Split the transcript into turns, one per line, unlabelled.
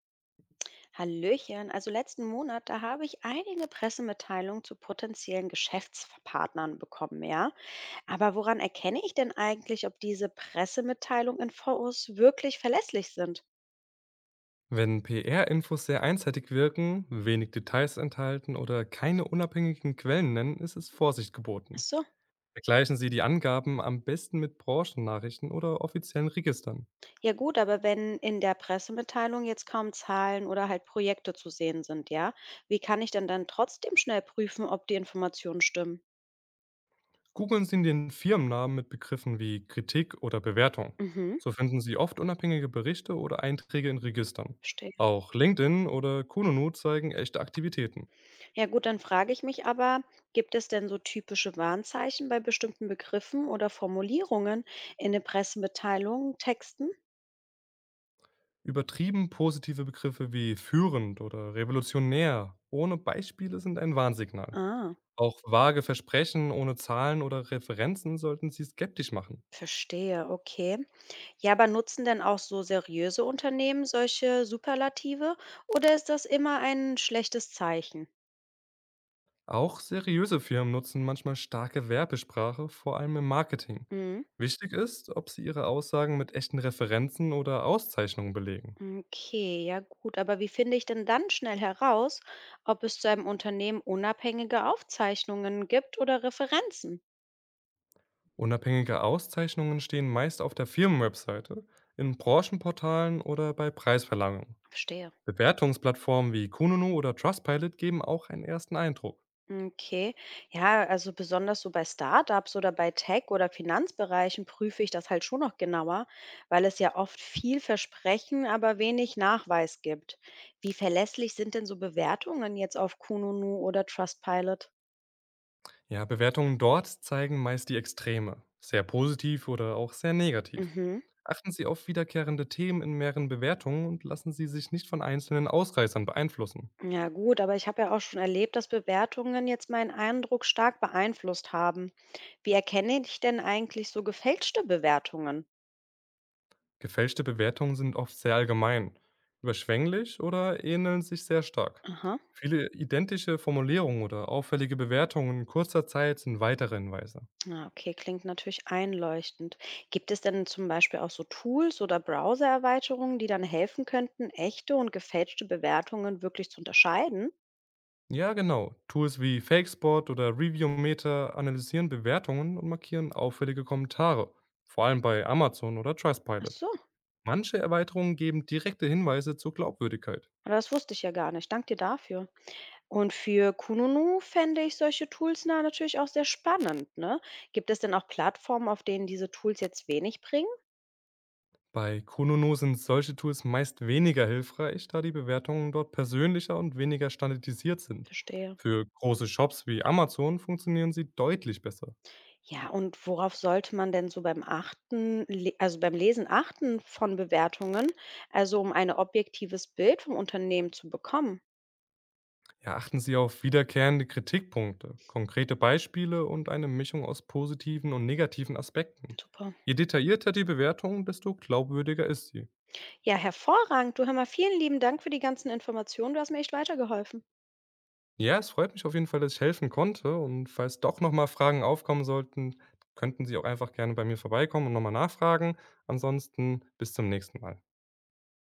Hallöchen, also letzten Monat, da habe ich einige Pressemitteilungen zu potenziellen Geschäftspartnern bekommen, ja. Aber woran erkenne ich denn eigentlich, ob diese Pressemitteilungen in VOs wirklich verlässlich sind?
Wenn PR-Infos sehr einseitig wirken, wenig Details enthalten oder keine unabhängigen Quellen nennen, ist es Vorsicht
Ach
geboten.
so,
Vergleichen Sie die Angaben am besten mit Branchennachrichten oder offiziellen Registern.
ja gut, aber wenn in der Pressemitteilung jetzt kaum Zahlen oder halt Projekte zu sehen sind, ja, wie kann ich denn dann trotzdem schnell prüfen, ob die Informationen stimmen?
Googeln Sie den Firmennamen mit Begriffen wie Kritik oder Bewertung.
Mhm,
So finden Sie oft unabhängige Berichte oder Einträge in Registern.
verstehe.
Auch LinkedIn oder Kununu zeigen echte Aktivitäten.
Ja gut, dann frage ich mich aber, gibt es denn so typische Warnzeichen bei bestimmten Begriffen oder Formulierungen in den Pressemitteilungen, Texten?
Übertrieben positive Begriffe wie führend oder revolutionär ohne Beispiele sind ein Warnsignal.
Ah,
Auch vage Versprechen ohne Zahlen oder Referenzen sollten Sie skeptisch machen.
verstehe, okay. Ja, aber nutzen denn auch so seriöse Unternehmen solche Superlative oder ist das immer ein schlechtes Zeichen?
Auch seriöse Firmen nutzen manchmal starke Werbesprache, vor allem im Marketing.
Mhm.
Wichtig ist, ob Sie Ihre Aussagen mit echten Referenzen oder Auszeichnungen belegen.
Okay, ja gut, aber wie finde ich denn dann schnell heraus, ob es zu einem Unternehmen unabhängige Aufzeichnungen gibt oder Referenzen?
Unabhängige Auszeichnungen stehen meist auf der Firmenwebseite, in Branchenportalen oder bei Preisverleihungen.
Verstehe.
Bewertungsplattformen wie Kununu oder Trustpilot geben auch einen ersten Eindruck.
Okay. Ja, also besonders so bei Startups oder bei Tech- oder Finanzbereichen prüfe ich das halt schon noch genauer, weil es ja oft viel Versprechen, aber wenig Nachweis gibt. Wie verlässlich sind denn so Bewertungen jetzt auf Kununu oder Trustpilot?
Ja, Bewertungen dort zeigen meist die Extreme, sehr positiv oder auch sehr negativ.
Mhm.
Achten Sie auf wiederkehrende Themen in mehreren Bewertungen und lassen Sie sich nicht von einzelnen Ausreißern beeinflussen.
Ja gut, aber ich habe ja auch schon erlebt, dass Bewertungen jetzt meinen Eindruck stark beeinflusst haben. Wie erkenne ich denn eigentlich so gefälschte Bewertungen?
Gefälschte Bewertungen sind oft sehr allgemein, überschwänglich oder ähneln sich sehr stark.
Aha.
Viele identische Formulierungen oder auffällige Bewertungen in kurzer Zeit sind weitere Hinweise.
Na, okay, klingt natürlich einleuchtend. Gibt es denn zum Beispiel auch so Tools oder Browser-Erweiterungen, die dann helfen könnten, echte und gefälschte Bewertungen wirklich zu unterscheiden?
Ja, genau. Tools wie FakeSpot oder ReviewMeter analysieren Bewertungen und markieren auffällige Kommentare, vor allem bei Amazon oder
Ach
Trustpilot.
so,
Manche Erweiterungen geben direkte Hinweise zur Glaubwürdigkeit.
aber das wusste ich ja gar nicht. Dank dir dafür. Und für Kununu fände ich solche Tools natürlich auch sehr spannend. Ne? Gibt es denn auch Plattformen, auf denen diese Tools jetzt wenig bringen?
Bei Konono sind solche Tools meist weniger hilfreich, da die Bewertungen dort persönlicher und weniger standardisiert sind.
Verstehe.
Für große Shops wie Amazon funktionieren sie deutlich besser.
Ja, und worauf sollte man denn so beim Achten, le also beim Lesen achten von Bewertungen, also um ein objektives Bild vom Unternehmen zu bekommen?
Ja, achten Sie auf wiederkehrende Kritikpunkte, konkrete Beispiele und eine Mischung aus positiven und negativen Aspekten.
Super.
Je detaillierter die Bewertung, desto glaubwürdiger ist sie.
Ja, hervorragend. Du hör mal, vielen lieben Dank für die ganzen Informationen. Du hast mir echt weitergeholfen.
Ja, es freut mich auf jeden Fall, dass ich helfen konnte und falls doch nochmal Fragen aufkommen sollten, könnten Sie auch einfach gerne bei mir vorbeikommen und nochmal nachfragen. Ansonsten bis zum nächsten Mal.